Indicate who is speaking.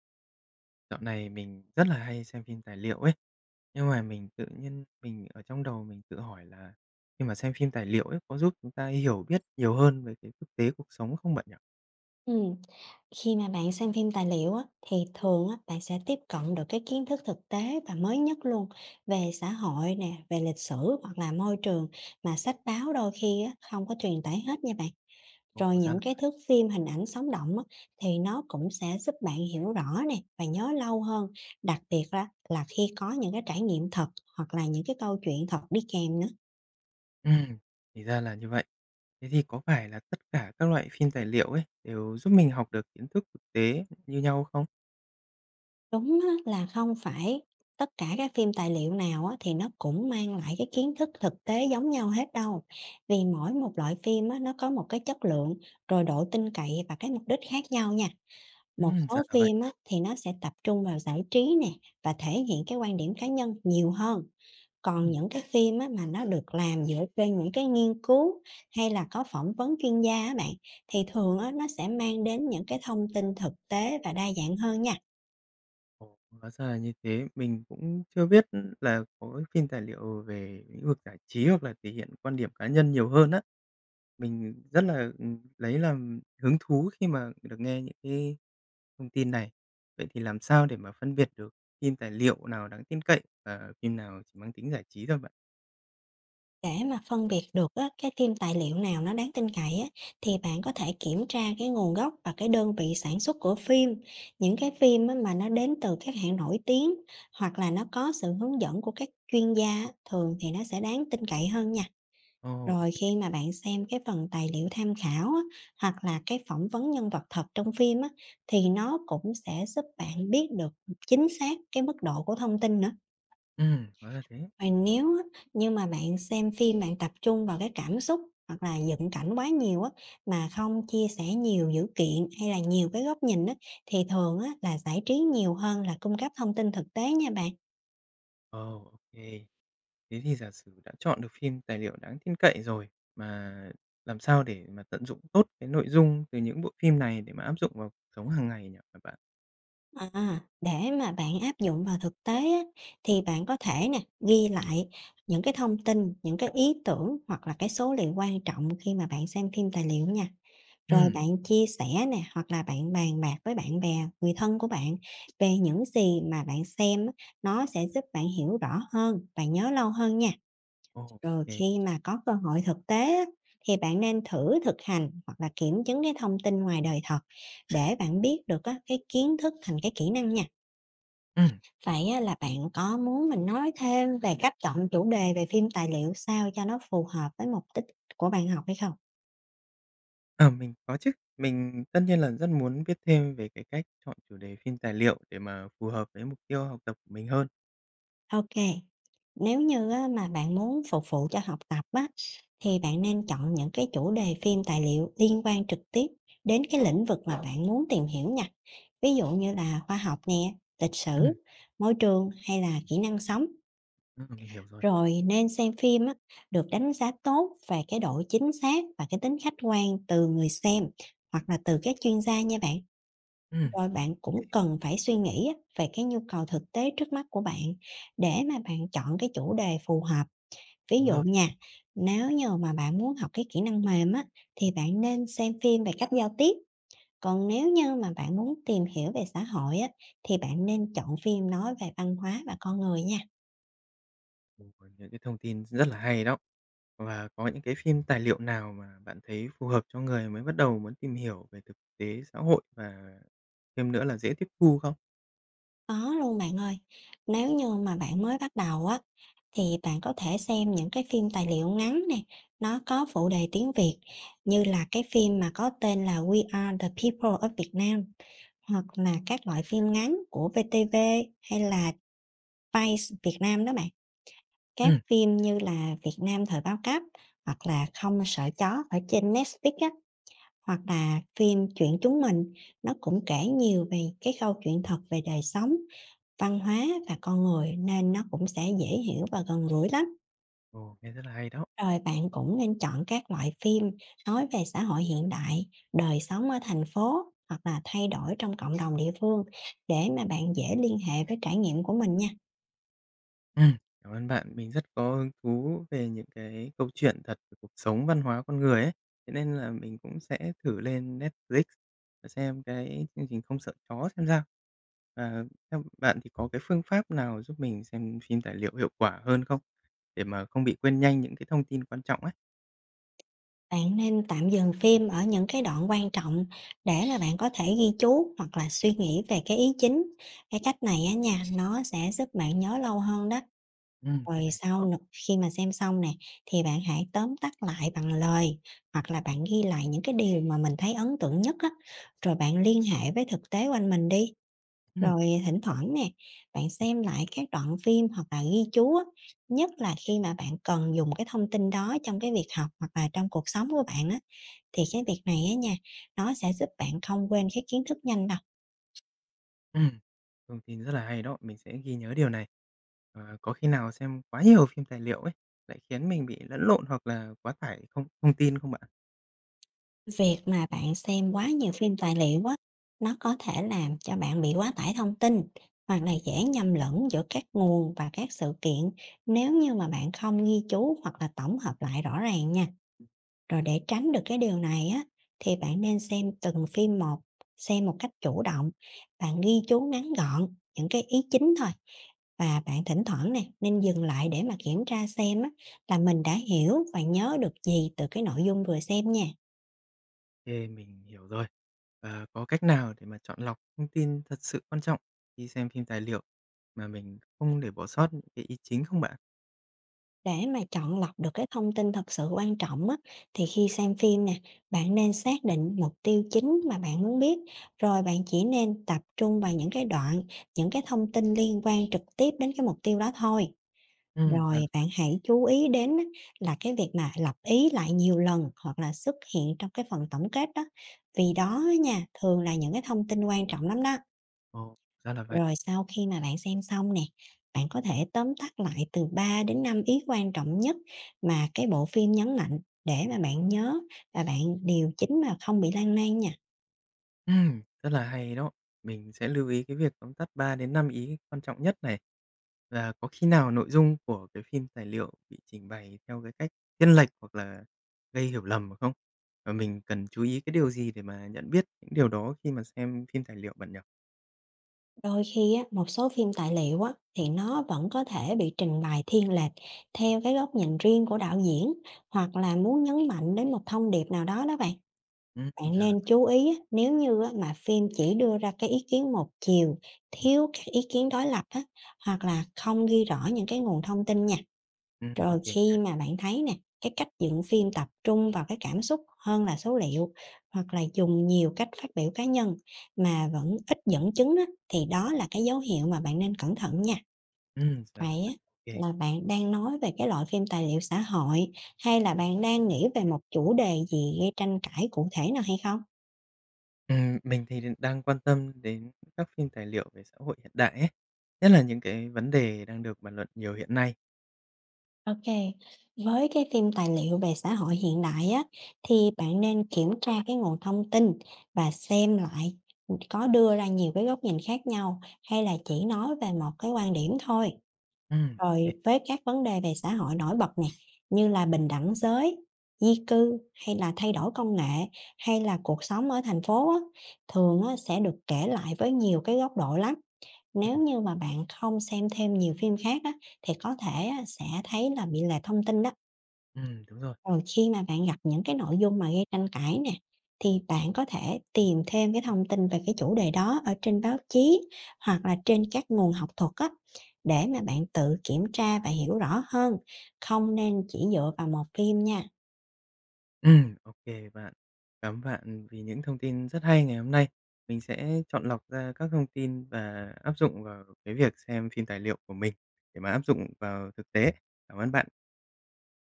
Speaker 1: Dạo này mình rất là hay xem phim tài liệu ấy, nhưng mà mình tự nhiên mình ở trong đầu mình tự hỏi là khi mà xem phim tài liệu ấy, có giúp chúng ta hiểu biết nhiều hơn về cái thực tế cuộc sống không bạn nhỉ?
Speaker 2: Ừm, Khi mà bạn xem phim tài liệu á, thì thường á, bạn sẽ tiếp cận được cái kiến thức thực tế và mới nhất luôn về xã hội nè, về lịch sử hoặc là môi trường mà sách báo đôi khi á, không có truyền tải hết nha bạn.
Speaker 1: Ồ,
Speaker 2: Rồi
Speaker 1: ra
Speaker 2: những
Speaker 1: là
Speaker 2: cái
Speaker 1: vậy.
Speaker 2: thước phim hình ảnh sống động á, thì nó cũng sẽ giúp bạn hiểu rõ nè và nhớ lâu hơn, đặc biệt là khi có những cái trải nghiệm thật hoặc là những cái câu chuyện thật đi kèm nữa.
Speaker 1: Ừm, thì ra là như vậy. Thế thì có phải là tất cả các loại phim tài liệu ấy đều giúp mình học được kiến thức thực tế như nhau không?
Speaker 2: Đúng á, là không phải tất cả các phim tài liệu nào á, thì nó cũng mang lại cái kiến thức thực tế giống nhau hết đâu. Vì mỗi một loại phim á, nó có một cái chất lượng, rồi độ tin cậy và cái mục đích khác nhau nha. Một
Speaker 1: Ra
Speaker 2: số
Speaker 1: là vậy.
Speaker 2: phim á, thì nó sẽ tập trung vào giải trí nè và thể hiện cái quan điểm cá nhân nhiều hơn. Còn
Speaker 1: Ừm.
Speaker 2: những cái phim á, mà nó được làm dựa trên những cái nghiên cứu hay là có phỏng vấn chuyên gia á bạn, thì thường á, nó sẽ mang đến những cái thông tin thực tế và đa dạng hơn nha.
Speaker 1: Ồ, hóa ra là như thế. Mình cũng chưa biết là có cái phim tài liệu về lĩnh vực giải trí hoặc là thể hiện quan điểm cá nhân nhiều hơn á. Mình rất là, lấy làm hứng thú khi mà được nghe những cái thông tin này. Vậy thì làm sao để mà phân biệt được phim tài liệu nào đáng tin cậy và phim nào chỉ mang tính giải trí thôi bạn?
Speaker 2: Để mà phân biệt được á, cái phim tài liệu nào nó đáng tin cậy á, thì bạn có thể kiểm tra cái nguồn gốc và cái đơn vị sản xuất của phim. Những cái phim á, mà nó đến từ các hãng nổi tiếng hoặc là nó có sự hướng dẫn của các chuyên gia á, thường thì nó sẽ đáng tin cậy hơn nha.
Speaker 1: Ồ, ok
Speaker 2: Rồi
Speaker 1: kê.
Speaker 2: khi mà bạn xem cái phần tài liệu tham khảo á, hoặc là cái phỏng vấn nhân vật thật trong phim á, thì nó cũng sẽ giúp bạn biết được chính xác cái mức độ của thông tin nữa.
Speaker 1: Hóa ra thế.
Speaker 2: Và nếu á, như mà bạn xem phim bạn tập trung vào cái cảm xúc hoặc là dựng cảnh quá nhiều á, mà không chia sẻ nhiều dữ kiện hay là nhiều cái góc nhìn á, thì thường á, là giải trí nhiều hơn là cung cấp thông tin thực tế nha bạn.
Speaker 1: Ồ, ok. Thế thì giả sử đã chọn được phim tài liệu đáng tin cậy rồi, mà làm sao để mà tận dụng tốt cái nội dung từ những bộ phim này để mà áp dụng vào cuộc sống hàng ngày nhỉ các bạn?
Speaker 2: À, để mà bạn áp dụng vào thực tế á, thì bạn có thể nè ghi lại những cái thông tin, những cái ý tưởng hoặc là cái số liệu quan trọng khi mà bạn xem phim tài liệu nha. Rồi
Speaker 1: Ừm.
Speaker 2: bạn chia sẻ nè, hoặc là bạn bàn bạc với bạn bè, người thân của bạn về những gì mà bạn xem á, nó sẽ giúp bạn hiểu rõ hơn và nhớ lâu hơn nha.
Speaker 1: Ok
Speaker 2: Rồi
Speaker 1: kê.
Speaker 2: khi mà có cơ hội thực tế á, thì bạn nên thử thực hành hoặc là kiểm chứng cái thông tin ngoài đời thật, để bạn biết được á, cái kiến thức thành cái kỹ năng nha.
Speaker 1: Ừm.
Speaker 2: Vậy á, là bạn có muốn mình nói thêm về cách chọn chủ đề về phim tài liệu sao cho nó phù hợp với mục đích của bạn học hay không?
Speaker 1: Ờ, mình có chứ, mình tất nhiên là rất muốn biết thêm về cái cách chọn chủ đề phim tài liệu để mà phù hợp với mục tiêu học tập của mình hơn.
Speaker 2: OK, nếu như á mà bạn muốn phục vụ cho học tập á, thì bạn nên chọn những cái chủ đề phim tài liệu liên quan trực tiếp đến cái lĩnh vực mà bạn muốn tìm hiểu nha. Ví dụ như là khoa học nè, lịch
Speaker 1: Ừm.
Speaker 2: sử, môi trường hay là kỹ năng sống.
Speaker 1: Ờ, mình hiểu rồi.
Speaker 2: Rồi nên xem phim á, được đánh giá tốt về cái độ chính xác và cái tính khách quan từ người xem hoặc là từ các chuyên gia nha bạn.
Speaker 1: Ừm.
Speaker 2: Rồi bạn cũng cần phải suy nghĩ á, về cái nhu cầu thực tế trước mắt của bạn để mà bạn chọn cái chủ đề phù hợp. Ví
Speaker 1: Đúng
Speaker 2: dụ
Speaker 1: rồi.
Speaker 2: nha, nếu như mà bạn muốn học cái kỹ năng mềm á, thì bạn nên xem phim về cách giao tiếp. Còn nếu như mà bạn muốn tìm hiểu về xã hội á, thì bạn nên chọn phim nói về văn hóa và con người nha.
Speaker 1: Ồ, những cái thông tin rất là hay đó. Và có những cái phim tài liệu nào mà bạn thấy phù hợp cho người mới bắt đầu muốn tìm hiểu về thực tế xã hội và thêm nữa là dễ tiếp thu không?
Speaker 2: Có luôn bạn ơi. Nếu như mà bạn mới bắt đầu á, thì bạn có thể xem những cái phim tài liệu ngắn nè, nó có phụ đề tiếng Việt, như là cái phim mà có tên là We Are The People of Việt Nam, hoặc là các loại phim ngắn của VTV, hay là Vice Việt Nam đó bạn. Các
Speaker 1: Ừ.
Speaker 2: phim như là Việt Nam thời bao cấp, hoặc là Không sợ chó ở trên Netflix á, hoặc là phim Chuyện chúng mình, nó cũng kể nhiều về cái câu chuyện thật về đời sống văn hóa và con người, nên nó cũng sẽ dễ hiểu và gần gũi lắm.
Speaker 1: Ồ, nghe rất là hay đó.
Speaker 2: Rồi bạn cũng nên chọn các loại phim nói về xã hội hiện đại, đời sống ở thành phố hoặc là thay đổi trong cộng đồng địa phương, để mà bạn dễ liên hệ với trải nghiệm của mình nha.
Speaker 1: Ừm, cảm ơn bạn. Mình rất có hứng thú về những cái câu chuyện thật về cuộc sống, văn hóa con người ấy, thế nên là mình cũng sẽ thử lên Netflix và xem cái chương trình "Không sợ chó" xem sao. Và theo bạn thì có cái phương pháp nào giúp mình xem phim tài liệu hiệu quả hơn không? Để mà không bị quên nhanh những cái thông tin quan trọng ấy?
Speaker 2: Bạn nên tạm dừng phim ở những cái đoạn quan trọng, để là bạn có thể ghi chú hoặc là suy nghĩ về cái ý chính. Cái cách này á nha, nó sẽ giúp bạn nhớ lâu hơn đó.
Speaker 1: Cái
Speaker 2: Rồi
Speaker 1: này
Speaker 2: sau
Speaker 1: khó.
Speaker 2: khi mà xem xong nè, thì bạn hãy tóm tắt lại bằng lời, hoặc là bạn ghi lại những cái điều mà mình thấy ấn tượng nhất á, rồi bạn liên hệ với thực tế quanh mình đi.
Speaker 1: Ừm,
Speaker 2: Rồi thỉnh thoảng nè, bạn xem lại các đoạn phim hoặc là ghi chú á, nhất là khi mà bạn cần dùng cái thông tin đó trong cái việc học hoặc là trong cuộc sống của bạn á, thì cái việc này á nha, nó sẽ giúp bạn không quên cái kiến thức nhanh đâu.
Speaker 1: ừm, thông tin rất là hay đó, mình sẽ ghi nhớ điều này. Ờ, có khi nào xem quá nhiều phim tài liệu ấy, lại khiến mình bị lẫn lộn hoặc là quá tải không thông tin không bạn?
Speaker 2: Việc mà bạn xem quá nhiều phim tài liệu á, nó có thể làm cho bạn bị quá tải thông tin, hoặc là dễ nhầm lẫn giữa các nguồn và các sự kiện, nếu như mà bạn không ghi chú hoặc là tổng hợp lại rõ ràng nha. Rồi để tránh được cái điều này á, thì bạn nên xem từng phim một, xem một cách chủ động. Bạn ghi chú ngắn gọn những cái ý chính thôi, và bạn thỉnh thoảng nè nên dừng lại để mà kiểm tra xem á, là mình đã hiểu và nhớ được gì từ cái nội dung vừa xem nha.
Speaker 1: Kê, mình hiểu rồi. Ờ, có cách nào để mà chọn lọc thông tin thật sự quan trọng khi xem phim tài liệu mà mình không để bỏ sót những cái ý chính không bạn?
Speaker 2: Để mà chọn lọc được cái thông tin thật sự quan trọng á, thì khi xem phim nè, bạn nên xác định mục tiêu chính mà bạn muốn biết, rồi bạn chỉ nên tập trung vào những cái đoạn, những cái thông tin liên quan trực tiếp đến cái mục tiêu đó thôi.
Speaker 1: Ra
Speaker 2: Rồi
Speaker 1: là
Speaker 2: bạn hãy chú ý đến á, là cái việc mà lặp ý lại nhiều lần hoặc là xuất hiện trong cái phần tổng kết đó. Vì đó á nha, thường là những cái thông tin quan trọng lắm đó.
Speaker 1: ồ, ra là vậy.
Speaker 2: Rồi sau khi mà bạn xem xong nè, bạn có thể tóm tắt lại từ 3 đến 5 ý quan trọng nhất mà cái bộ phim nhấn mạnh, để mà bạn nhớ và bạn điều chỉnh mà không bị lan man nha.
Speaker 1: Rất là hay đó. Mình sẽ lưu ý cái việc tóm tắt 3 đến 5 ý quan trọng nhất này. Và có khi nào nội dung của cái phim tài liệu bị trình bày theo cái cách thiên lệch hoặc là gây hiểu lầm không? Và mình cần chú ý cái điều gì để mà nhận biết những điều đó khi mà xem phim tài liệu bạn nhỉ?
Speaker 2: Đôi khi á, một số phim tài liệu á, thì nó vẫn có thể bị trình bày thiên lệch theo cái góc nhìn riêng của đạo diễn, hoặc là muốn nhấn mạnh đến một thông điệp nào đó đó bạn. Bạn
Speaker 1: Ra là
Speaker 2: nên
Speaker 1: vậy.
Speaker 2: chú ý á, nếu như á, mà phim chỉ đưa ra cái ý kiến một chiều, thiếu các ý kiến đối lập á, hoặc là không ghi rõ những cái nguồn thông tin nha.
Speaker 1: Ô
Speaker 2: Rồi
Speaker 1: nha.
Speaker 2: khi mà bạn thấy nè, cái cách dựng phim tập trung vào cái cảm xúc hơn là số liệu, hoặc là dùng nhiều cách phát biểu cá nhân mà vẫn ít dẫn chứng á, thì đó là cái dấu hiệu mà bạn nên cẩn thận nha.
Speaker 1: Ra
Speaker 2: Vậy
Speaker 1: là vậy,
Speaker 2: á,
Speaker 1: ok.
Speaker 2: là bạn đang nói về cái loại phim tài liệu xã hội, hay là bạn đang nghĩ về một chủ đề gì gây tranh cãi cụ thể nào hay không?
Speaker 1: Mình thì đang quan tâm đến các phim tài liệu về xã hội hiện đại ấy, nhất là những cái vấn đề đang được bàn luận nhiều hiện nay.
Speaker 2: OK, với cái phim tài liệu về xã hội hiện đại á, thì bạn nên kiểm tra cái nguồn thông tin và xem lại, có đưa ra nhiều cái góc nhìn khác nhau hay là chỉ nói về một cái quan điểm thôi.
Speaker 1: Ô
Speaker 2: Rồi với các vấn đề về xã hội nổi bật nè, như là bình đẳng giới, di cư hay là thay đổi công nghệ, hay là cuộc sống ở thành phố á, thường á sẽ được kể lại với nhiều cái góc độ lắm. Nếu
Speaker 1: ừm,
Speaker 2: như mà bạn không xem thêm nhiều phim khác á, thì có thể á, sẽ thấy là bị lệch thông tin đó.
Speaker 1: đúng rồi.
Speaker 2: Rồi khi mà bạn gặp những cái nội dung mà gây tranh cãi nè, thì bạn có thể tìm thêm cái thông tin về cái chủ đề đó ở trên báo chí hoặc là trên các nguồn học thuật á, để mà bạn tự kiểm tra và hiểu rõ hơn, không nên chỉ dựa vào một phim nha.
Speaker 1: Ô bạn. Cảm ơn bạn vì những thông tin rất hay ngày hôm nay. Mình sẽ chọn lọc ra các thông tin và áp dụng vào cái việc xem phim tài liệu của mình để mà áp dụng vào thực tế. Cảm ơn bạn.